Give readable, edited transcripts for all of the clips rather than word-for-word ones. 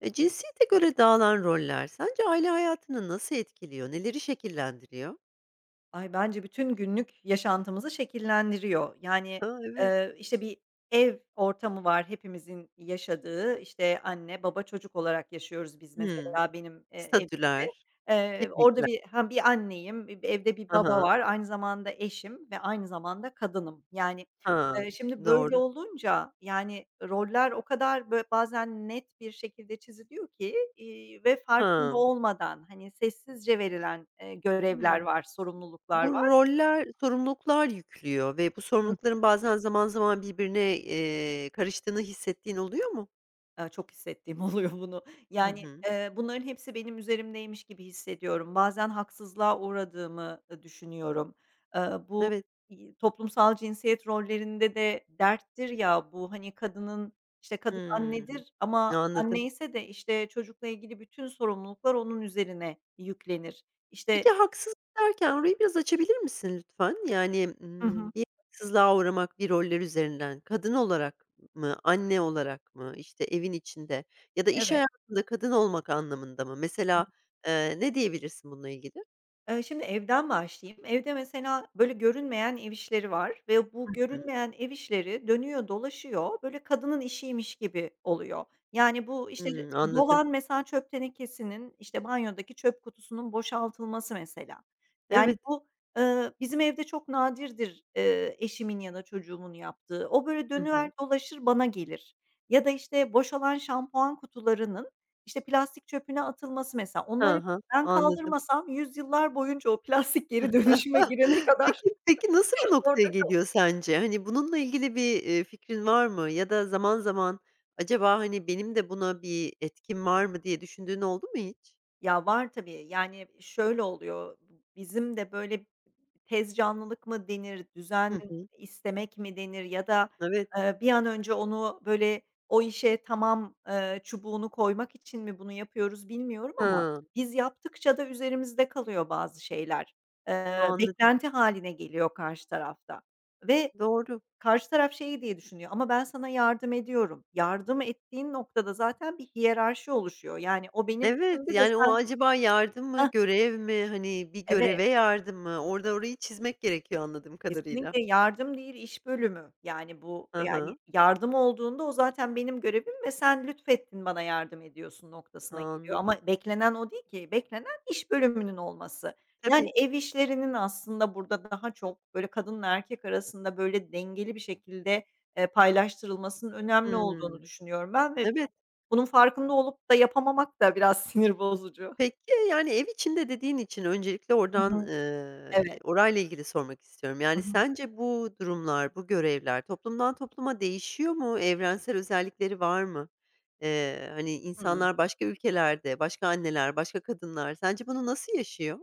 Cinsiyete göre dağılan roller sence aile hayatını nasıl etkiliyor? Neleri şekillendiriyor? Ay, bence bütün günlük yaşantımızı şekillendiriyor. Yani, A, evet. İşte, bir ev ortamı var hepimizin yaşadığı. İşte, anne, baba, çocuk olarak yaşıyoruz biz Hımm. mesela benim, Statüler, evimde. Orada kimlikler. bir hem bir anneyim, evde bir Ha baba ha. var, aynı zamanda eşim ve aynı zamanda kadınım. Yani, şimdi böyle Doğru. olunca, yani, roller o kadar bazen net bir şekilde çiziliyor ki, ve farkında Ha. olmadan, hani, sessizce verilen, görevler Hımm. var, sorumluluklar Bu var. roller sorumluluklar yüklüyor ve bu sorumlulukların bazen zaman zaman birbirine, karıştığını hissettiğin oluyor mu? Çok hissettiğim oluyor bunu. Hı Yani, hı. Bunların hepsi benim üzerimdeymiş gibi hissediyorum. Bazen haksızlığa uğradığımı, düşünüyorum. Bu, Evet. Toplumsal cinsiyet rollerinde de derttir ya bu, hani, kadının, işte, kadın Hımm. annedir ama anne Anladım. ise de, işte, çocukla ilgili bütün sorumluluklar onun üzerine yüklenir. İşte. Peki, haksızlık derken orayı biraz açabilir misin lütfen? Yani, Hı hı. Bir haksızlığa uğramak, bir roller üzerinden kadın olarak mı, anne olarak mı, işte, evin içinde ya da iş Evet. hayatında kadın olmak anlamında mı? Mesela, ne diyebilirsin bununla ilgili? Şimdi evden başlayayım. Evde mesela böyle görünmeyen ev işleri var ve Hı bu hı. görünmeyen ev işleri dönüyor dolaşıyor, böyle kadının işiymiş gibi oluyor. Yani bu, işte, Hımm, anladım. dolan mesela çöp tenekesinin, işte, banyodaki çöp kutusunun boşaltılması mesela. Yani Evet. bu, bizim evde çok nadirdir, eşimin ya da çocuğumun yaptığı. O böyle Hı hı. dönüver dolaşır bana gelir. Ya da, işte, boşalan şampuan kutularının, işte, plastik çöpüne atılması mesela. Onları Ha, ben anladım. kaldırmasam yüzyıllar boyunca o plastik geri dönüşüme girene kadar Peki nasıl bu noktaya orada ka. geliyor sence? Hani, bununla ilgili bir, fikrin var mı? Ya da zaman zaman acaba, hani, benim de buna bir etkim var mı diye düşündüğün oldu mu hiç? Ya, var tabii. Yani, şöyle oluyor, bizim de böyle tez canlılık mı denir, Hı düzen hı. istemek mi denir ya da, Evet. Bir an önce onu böyle o işe tamam, çubuğunu koymak için mi bunu yapıyoruz bilmiyorum ama Hıı, biz yaptıkça da üzerimizde kalıyor bazı şeyler. Anladım. Beklenti haline geliyor karşı tarafta ve. Doğru. Karşı taraf şeyi diye düşünüyor, "Ama ben sana yardım ediyorum." Yardım ettiğin noktada zaten bir hiyerarşi oluşuyor. Yani o benim Evet, içimde de yani, o sen. acaba yardım mı, Hah, görev mi? Hani, bir evet. göreve yardım mı? Orada orayı çizmek gerekiyor anladığım kadarıyla. Kesinlikle yardım değil, iş bölümü. Yani, bu, yani, Hı. yardım olduğunda o zaten benim görevim ve sen lütfettin bana yardım ediyorsun noktasına geliyor ama Anladım. beklenen o değil ki. Beklenen iş bölümünün olması. Yani, Tabii. ev işlerinin aslında burada daha çok, böyle, kadınla erkek arasında, böyle, dengeli bir şekilde, paylaştırılmasının önemli olduğunu Hımm. düşünüyorum ben ve Evet. hani, bunun farkında olup da yapamamak da biraz sinir bozucu. Peki, yani, ev içinde dediğin için öncelikle Hı oradan, hı. Evet. orayla ilgili sormak istiyorum. Hı Yani, hı. sence bu durumlar, bu görevler toplumdan topluma değişiyor mu? Evrensel özellikleri var mı? Hani, Hıı. insanlar başka ülkelerde, başka anneler, başka kadınlar sence bunu nasıl yaşıyor?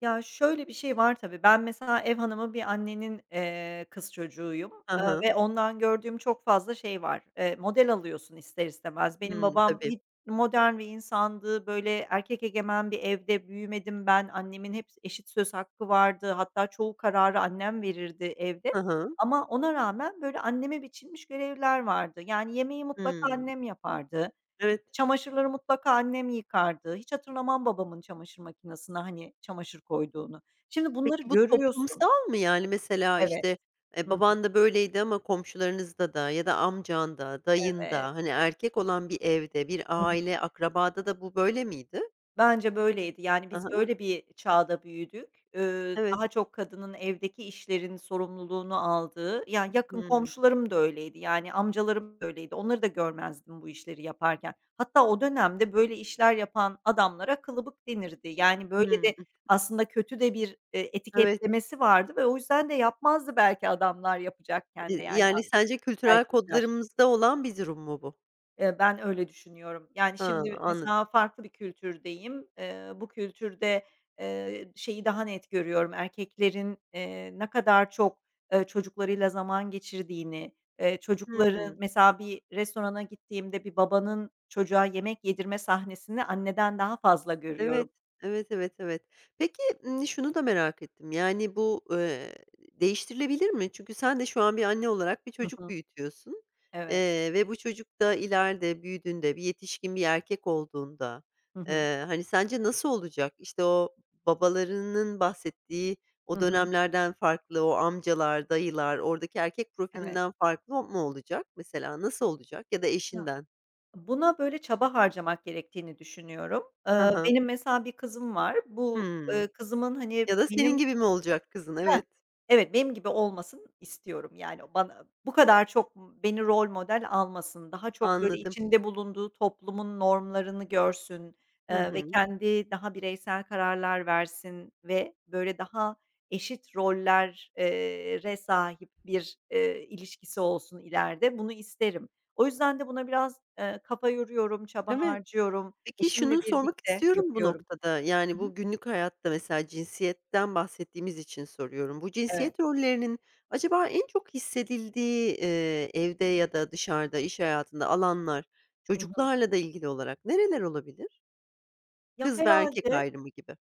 Ya, şöyle bir şey var tabii. Ben mesela ev hanımı bir annenin, kız çocuğuyum, Hı hı. ve ondan gördüğüm çok fazla şey var. Model alıyorsun ister istemez. Benim Hımm, babam tabii. hiç modern bir insandı. Böyle, erkek egemen bir evde büyümedim ben. Annemin hep eşit söz hakkı vardı. Hatta çoğu kararı annem verirdi evde. Hı hı. Ama ona rağmen, böyle, anneme biçilmiş görevler vardı. Yani yemeği mutlaka Hımm. annem yapardı. İşte, Evet. çamaşırları mutlaka annem yıkardı. Hiç hatırlamam babamın çamaşır makinesine, hani, çamaşır koyduğunu. Şimdi bunları Peki bu görüyorsun. toplumsal mı? Yani, mesela, Evet. işte, Hı hı. baban da böyleydi ama komşularınızda da ya da amcan da, dayın da, Evet. hani, erkek olan bir evde, bir Hı hı. aile, akrabada da bu böyle miydi? Bence böyleydi. Yani, biz Aha. böyle bir çağda büyüdük. Evet. Daha çok kadının evdeki işlerin sorumluluğunu aldığı, yani, yakın Hımm. komşularım da öyleydi, yani, amcalarım da öyleydi. Onları da görmezdim bu işleri yaparken. Hatta o dönemde böyle işler yapan adamlara kılıbık denirdi. Yani, böyle Hımm. de aslında kötü de bir, Evet. etiketlemesi vardı ve o yüzden de yapmazdı belki adamlar yapacakken de, yani, Yani, sence kültürel erkekler. kodlarımızda olan bir durum mu bu? Ben öyle düşünüyorum. Yani, Ha, şimdi mesela anladım. farklı bir kültürdeyim. Bu kültürde, şeyi daha net görüyorum, erkeklerin, ne kadar çok, çocuklarıyla zaman geçirdiğini, çocukları Hımm. mesela bir restorana gittiğimde bir babanın çocuğa yemek yedirme sahnesini anneden daha fazla Evet, görüyorum. evet, evet, evet. Peki, şunu da merak ettim, yani, bu, değiştirilebilir mi? Çünkü sen de şu an bir anne olarak bir Hı çocuk hı. büyütüyorsun, Evet. Ve bu çocuk da ileride büyüdüğünde, bir yetişkin bir erkek olduğunda, Hı hı. Hani, sence nasıl olacak? İşte, o babalarının bahsettiği Hı o hı. dönemlerden farklı, o amcalar, dayılar, oradaki erkek Evet. profilinden farklı mı olacak mesela? Nasıl olacak ya da Ya, eşinden? buna böyle çaba harcamak gerektiğini düşünüyorum. Aha, hı. Benim mesela bir kızım var. Bu, kızımın, hani, Ya da senin benim. gibi mi olacak kızın? Heh. Evet. Evet, benim gibi olmasını istiyorum. Yani, bana bu kadar çok beni rol model almasın, daha çok, böyle, Anladım. içinde bulunduğu toplumun normlarını görsün, Hı ve hı. kendi daha bireysel kararlar versin ve, böyle, daha eşit roller sahip bir, ilişkisi olsun ileride. Bunu isterim. O yüzden de buna biraz, kafa yoruyorum, çaba Evet. harcıyorum. Peki Eşimle şunu sormak birlikte istiyorum bu yapıyorum. noktada, Hı yani, hı. bu günlük hayatta mesela cinsiyetten bahsettiğimiz için soruyorum. Bu Evet. cinsiyet rollerinin acaba en çok hissedildiği, evde ya da dışarıda, iş hayatında alanlar Hı hı. çocuklarla da ilgili olarak nereler olabilir? Ya, Kız ve erkek herhalde. ayrımı gibi.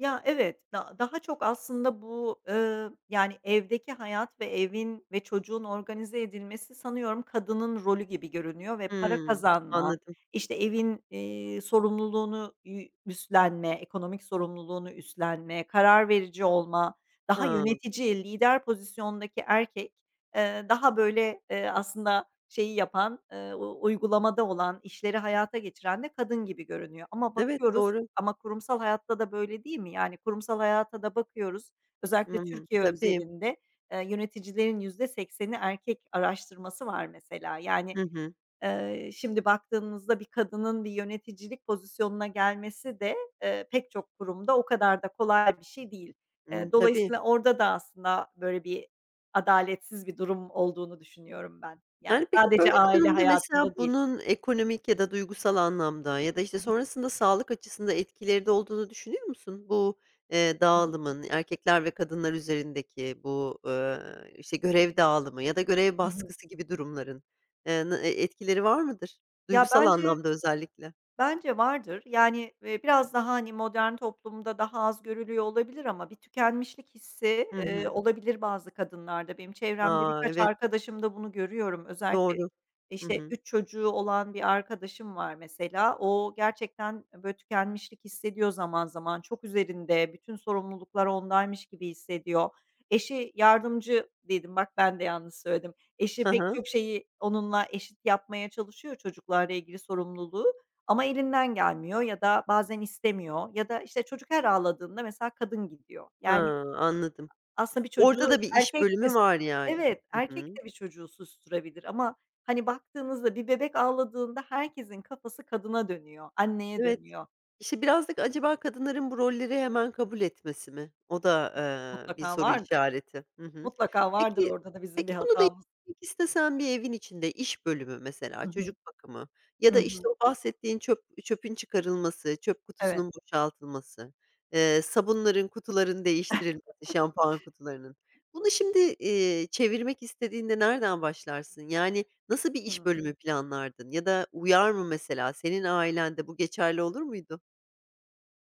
Ya, evet, daha çok aslında bu, yani, evdeki hayat ve evin ve çocuğun organize edilmesi sanıyorum kadının rolü gibi görünüyor ve para Hımm, kazanma, anladım. işte, evin, sorumluluğunu üstlenme, ekonomik sorumluluğunu üstlenme, karar verici olma, daha Ha, yönetici, lider pozisyondaki erkek. Daha, böyle, aslında şeyi yapan, uygulamada olan, işleri hayata geçiren de kadın gibi görünüyor ama evet, bakıyoruz doğru. ama kurumsal hayatta da böyle değil mi? Yani, kurumsal hayata da bakıyoruz, özellikle Hı. Türkiye Tabii. özelinde, yöneticilerin %80'i erkek araştırması var mesela. Yani, Hı hı. Şimdi baktığımızda bir kadının bir yöneticilik pozisyonuna gelmesi de, pek çok kurumda o kadar da kolay bir şey değil. Imm, tabii. Dolayısıyla orada da aslında böyle bir adaletsiz bir durum olduğunu düşünüyorum ben. Yani Yani, peki, böyle sadece bir aile durumda mesela hayatında değil. bunun ekonomik ya da duygusal anlamda ya da, işte, Hı hı. sonrasında sağlık açısında etkileri de olduğunu düşünüyor musun? Bu, Hı. dağılımın erkekler ve kadınlar üzerindeki bu, işte, görev dağılımı ya da görev Hı. baskısı gibi durumların, na e etkileri var mıdır? Ya, Duygusal bence. anlamda özellikle. Bence vardır. Yani, biraz daha, hani, modern toplumda daha az görülüyor olabilir ama bir tükenmişlik hissi, Hı hı. olabilir bazı kadınlarda. Benim çevremde A, birkaç evet, arkadaşımda bunu görüyorum. Özellikle, doğru. Hı işte, hı. 3 çocuğu olan bir arkadaşım var mesela. O gerçekten, böyle tükenmişlik hissediyor zaman zaman. Çok üzerinde, bütün sorumluluklar ondaymış gibi hissediyor. Eşi yardımcı dedim, bak ben de yanlış söyledim. Eşi Hı pek hı. çok şeyi onunla eşit yapmaya çalışıyor çocuklarla ilgili sorumluluğu. Ama elinden gelmiyor ya da bazen istemiyor ya da, işte, çocuk her ağladığında mesela kadın gidiyor. Ha, Yani, anladım. aslında bir Orada çocuğu da bir iş erkek de. bölümü var yani. Evet, Hı hı. erkek de bir çocuğu susturabilir ama, hani, baktığınızda bir bebek ağladığında herkesin kafası kadına dönüyor, anneye Evet. dönüyor. İşte, birazcık acaba kadınların bu rolleri hemen kabul etmesi mi? O da, bir Mutlaka soru vardır. işareti. Hı hı. Mutlaka vardır Peki orada da bizim bir peki bunu hatamız. değiştirmek istesen bir evin içinde iş bölümü mesela, Hı hı. çocuk bakımı ya Hı da, hı. işte, o bahsettiğin çöpün çıkarılması, çöp Evet. kutusunun boşaltılması, sabunların kutuların değiştirilmesi, şampuan kutularının. Bunu şimdi, çevirmek istediğinde nereden başlarsın? Yani, nasıl bir iş Hıı. bölümü planlardın ya da uyar mı mesela? Senin ailende bu geçerli olur muydu?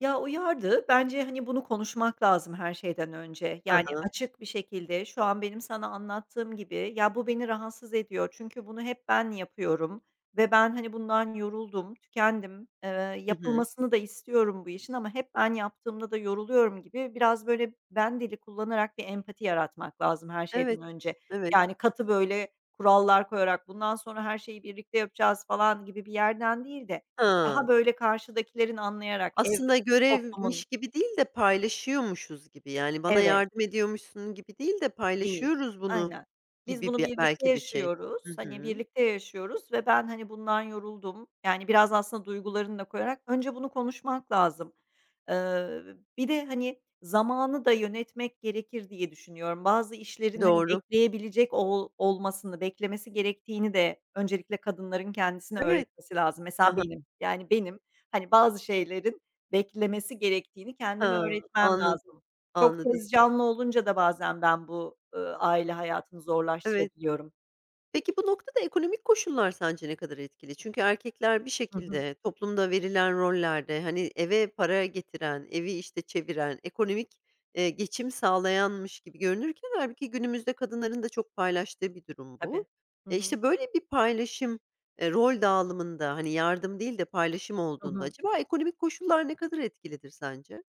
Ya, uyardı. Bence, hani, bunu konuşmak lazım her şeyden önce. Ha Yani, ha. açık bir şekilde şu an benim sana anlattığım gibi, "Ya, bu beni rahatsız ediyor çünkü bunu hep ben yapıyorum ve ben, hani, bundan yoruldum, tükendim, Hı hı. yapılmasını da istiyorum bu işin ama hep ben yaptığımda da yoruluyorum." gibi biraz, böyle, ben dili kullanarak bir empati yaratmak lazım her şeyden Evet, önce. evet. Yani, katı, böyle, kurallar koyarak bundan sonra her şeyi birlikte yapacağız falan gibi bir yerden değil de daha, Ha. böyle, karşıdakilerin anlayarak ev. Aslında Toplumun. görevmiş gibi değil de paylaşıyormuşuz gibi, yani, bana Evet, yardım ediyormuşsun gibi değil de değil. paylaşıyoruz bunu Aynen. Biz gibi bunu bir birlikte belki bir şey. yaşıyoruz. Hı Hani, hı. birlikte yaşıyoruz ve ben, hani, bundan yoruldum. Yani, biraz aslında duygularını da koyarak önce bunu konuşmak lazım. Eee, bir de, hani, zamanı da yönetmek gerekir diye düşünüyorum. Bazı işlerin, hani, Doğru. bekleyebilecek olmasını, beklemesi gerektiğini de öncelikle kadınların kendisine Evet. öğretmesi lazım. Mesela Aha. benim, yani, benim, hani, bazı şeylerin beklemesi gerektiğini kendime Ha, öğretmem anladım, lazım. Çok anladım. tez canlı olunca da bazen ben bu, aile hayatını Evet. zorlaştırabiliyorum. Peki bu noktada ekonomik koşullar sence ne kadar etkili? Çünkü erkekler bir Hı hı. şekilde toplumda verilen rollerde, hani, eve para getiren, evi, işte, çeviren, ekonomik, geçim sağlayanmış gibi görünürken hâlbuki günümüzde kadınların da çok paylaştığı bir durum bu. Tabii. Hı hı. İşte, böyle bir paylaşım, rol dağılımında, hani, yardım değil de paylaşım Hı olduğunda hı. acaba ekonomik koşullar ne kadar etkilidir sence?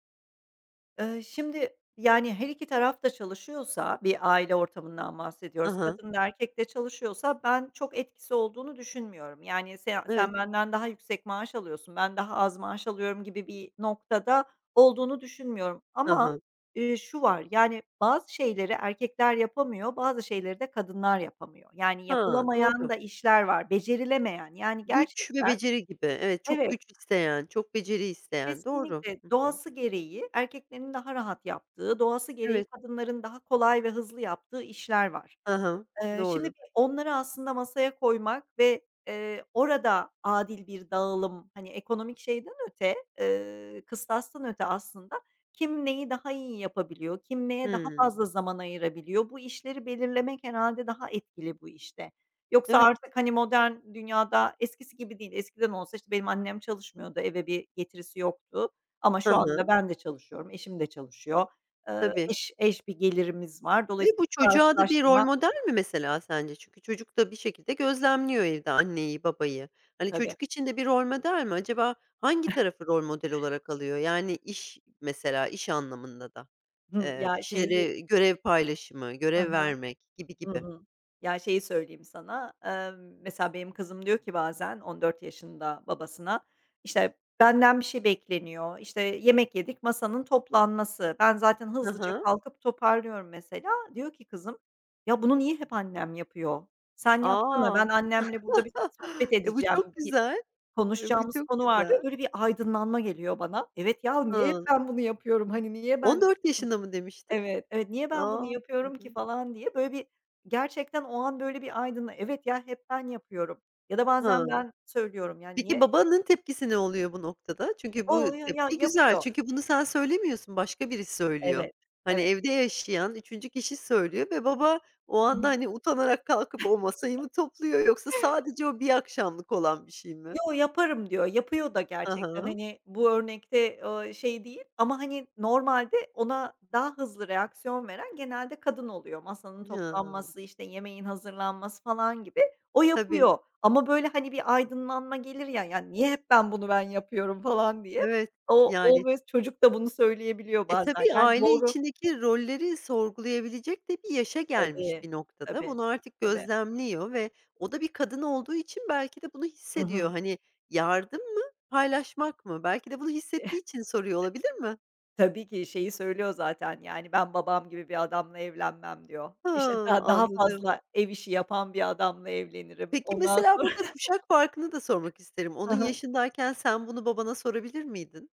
Şimdi, yani, her iki taraf da çalışıyorsa, bir aile ortamından bahsediyoruz, Aha. kadın da erkek de çalışıyorsa ben çok etkisi olduğunu düşünmüyorum. Yani, Evet. sen benden daha yüksek maaş alıyorsun, ben daha az maaş alıyorum gibi bir noktada olduğunu düşünmüyorum Aha, ama, hı. Şu var, yani, bazı şeyleri erkekler yapamıyor, bazı şeyleri de kadınlar yapamıyor. Yani, Ha, yapılamayan doğru. da işler var, becerilemeyen. Yani, Güç ve gerçekten. beceri gibi. Evet, çok Evet. güç isteyen, çok beceri isteyen. Doğru. Kesinlikle. Hı hı. Doğası gereği erkeklerin daha rahat yaptığı, doğası gereği Evet. kadınların daha kolay ve hızlı yaptığı işler var. Aha. Şimdi Doğru. bir onları aslında masaya koymak ve, orada adil bir dağılım, hani, ekonomik şeyden öte, kıstastan öte aslında kim neyi daha iyi yapabiliyor, kim neye daha Hımm. fazla zaman ayırabiliyor, bu işleri belirlemek herhâlde daha etkili bu işte. Yoksa Evet. artık, hani, modern dünyada eskisi gibi değil. Eskiden olsa, işte, benim annem çalışmıyordu, eve bir getirisi yoktu ama Hı şu anda hı. ben de çalışıyorum, eşim de çalışıyor. Eee, Tabii, eş eş bir gelirimiz var. ve Dolayısıyla bu çocuğa da bir rol karşılaştırma. model mi mesela sence? Çünkü çocuk da bir şekilde gözlemliyor evde anneyi, babayı. Hani, Tabii. çocuk için de bir rol model mi? Acaba hangi tarafı rol model olarak alıyor? Yani iş mesela, iş anlamında da. Hımm. Ya, Bir şeyi. şeyleri görev paylaşımı, Hı görev hı. vermek gibi Hı gibi. hı. Ya, şeyi söyleyeyim sana, mesela benim kızım diyor ki bazen 14 yaşında babasına, işte, benden bir şey bekleniyor, işte, yemek yedik, masanın toplanması. Ben zaten Hı hızlıca hı. kalkıp toparlıyorum mesela. Diyor ki kızım, "Ya, bunu niye hep annem yapıyor? Sen yapsana, A! ben annemle burada bir sohbet Bu edeceğim, çok bir güzel. Bu konuşacağımız çok konu var." diyor. güzel. Böyle bir aydınlanma geliyor bana. Evet ya, niye hep Ha, ben bunu yapıyorum? Hani, niye ben. 14 yaşında mı demiştin? Evet, evet, "Niye ben bunu A! Hı yapıyorum ki?" hı. falan diye böyle bir gerçekten o an böyle bir aydınla "Evet ya, hep ben yapıyorum." ya da bazen Ha. ben söylüyorum, yani, Peki "Niye?" babanın tepkisi ne oluyor bu noktada? Çünkü bu "O, ya tepki güzel. yapıyor." Çünkü bunu sen söylemiyorsun, başka birisi söylüyor. Evet, Hani, evet. evde yaşayan üçüncü kişi söylüyor ve baba o anda, hani, utanarak kalkıp o masayı mı topluyor yoksa sadece o bir akşamlık olan bir şey mi? Yo, yaparım diyor. Yapıyor da Hı gerçekten. hı. Hani, bu örnekte, şey değil ama, hani, normalde ona daha hızlı reaksiyon veren genelde kadın oluyor. Masanın Hıı. toplanması, işte, yemeğin hazırlanması falan gibi. O Tabii, yapıyor ama, böyle, hani, bir aydınlanma gelir ya, yani niye hep ben bunu yapıyorum?" falan diye. evet. O Yani, böyle çocuk da bunu söyleyebiliyor bazen. tabii Yani aile doğru. içindeki rolleri sorgulayabilecek de bir yaşa gelmiş Tabii, bir noktada. tabii, Bunu artık tabii. gözlemliyor ve o da bir kadın olduğu için belki de bunu Hı hissediyor. hı. Hani, yardım mı, paylaşmak mı? Belki de bunu hissettiği için soruyor olabilir mi? Tabii ki şeyi söylüyor zaten, yani, "Ben babam gibi bir adamla evlenmem." diyor. İşte, Ha, daha anladım. fazla ev işi yapan bir adamla evlenirim. Peki, Ondan mesela sonra. burada kuşak farkını da sormak isterim. Hı Onun hı. yaşındayken sen bunu babana sorabilir miydin?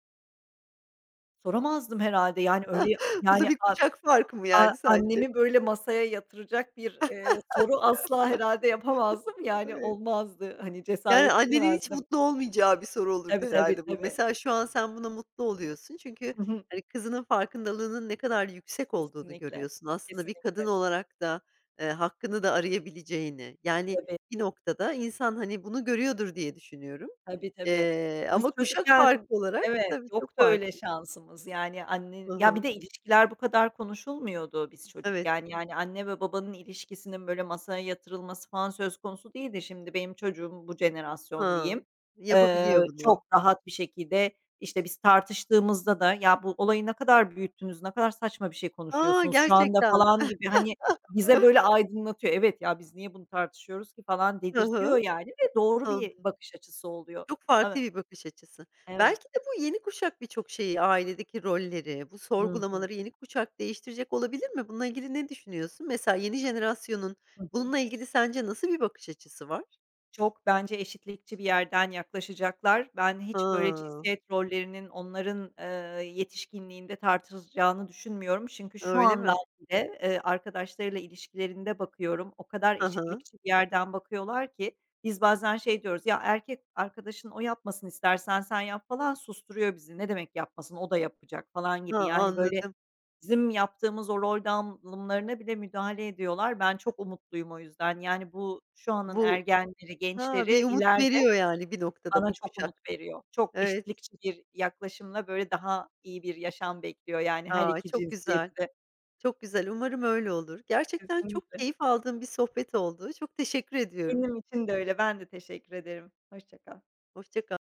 Soramazdım herhâlde, yani, öyle, Bu da yani, bir a kuşak farkı mı yani sence? annemi böyle masaya yatıracak bir, soru asla herhâlde yapamazdım, yani, olmazdı. Hani, Yani, cesaret annenin hiç edemezdim. mutlu olmayacağı bir soru olurdu Tabii, tabii, herhâlde bu. tabii. Mesela şu an sen buna mutlu oluyorsun çünkü, Hı hı. hani, kızının farkındalığının ne kadar yüksek olduğunu Kesinlikle, görüyorsun. Aslında bir kadın kesinlikle. olarak da, hakkını da arayabileceğini, yani, bir noktada insan, hani, bunu görüyordur diye düşünüyorum. Tabii, tabii. Biz Ama kuşak farkı çocukken. olarak Evet, tabii çok yoktu öyle farklı. şansımız. Yani annen Hı ya, bir hı. de ilişkiler bu kadar konuşulmuyordu biz Evet. çocukken. Yani anne ve babanın ilişkisinin böyle masaya yatırılması falan söz konusu değildi. Şimdi benim çocuğum bu jenerasyon Ha, diyeyim, yapabiliyor bunu. çok rahat bir şekilde, işte, biz tartıştığımızda da "Ya, bu olayı ne kadar büyüttünüz, ne kadar saçma bir şey A, konuşuyorsunuz şu anda." gerçekten. falan gibi, hani bize böyle aydınlatıyor. Evet ya biz niye bunu tartışıyoruz ki falan Hı dedirtiyor hı. yani ve doğru Hı. bir bakış açısı oluyor. Çok Ama. farklı bir bakış açısı. Evet. Belki de bu yeni kuşak birçok şeyi, ailedeki rolleri, bu Hı hı. sorgulamaları yeni kuşak değiştirecek olabilir mi? Bununla ilgili ne düşünüyorsun? Mesela yeni jenerasyonun Hı hı. bununla ilgili sence nasıl bir bakış açısı var? Çok bence eşitlikçi bir yerden yaklaşacaklar. Ben hiç böyle Ha, cinsiyet rollerinin onların, yetişkinliğinde tartışılacağını düşünmüyorum. Çünkü şu öyle andan mi? bile, arkadaşlarıyla ilişkilerinde bakıyorum, o kadar Aha. eşitlikçi bir yerden bakıyorlar ki biz bazen şey diyoruz, "Ya, erkek arkadaşın o yapmasın istersen sen yap." falan, susturuyor bizi. "Ne demek yapmasın, o da yapacak." falan Ha, gibi. Yani, böyle. anladım. Bizim yaptığımız o rol dağılımlarına bile müdahale ediyorlar. Ben çok umutluyum o yüzden. Yani, bu şu anın Bu ergenleri, ha, gençleri bir umut ileride veriyor yani bir noktada bana bu çok umut kuşak. veriyor. Çok Evet. eşitlikçi bir yaklaşımla, böyle, daha iyi bir yaşam bekliyor, yani, her Aa, 2 çok güzel, cinsiyeti de. çok güzel. Umarım öyle olur. Gerçekten çok Kesinlikle. keyif aldığım bir sohbet oldu. Çok teşekkür ediyorum. Benim için de öyle. Ben de teşekkür ederim. Hoşça kal. Hoşça kal.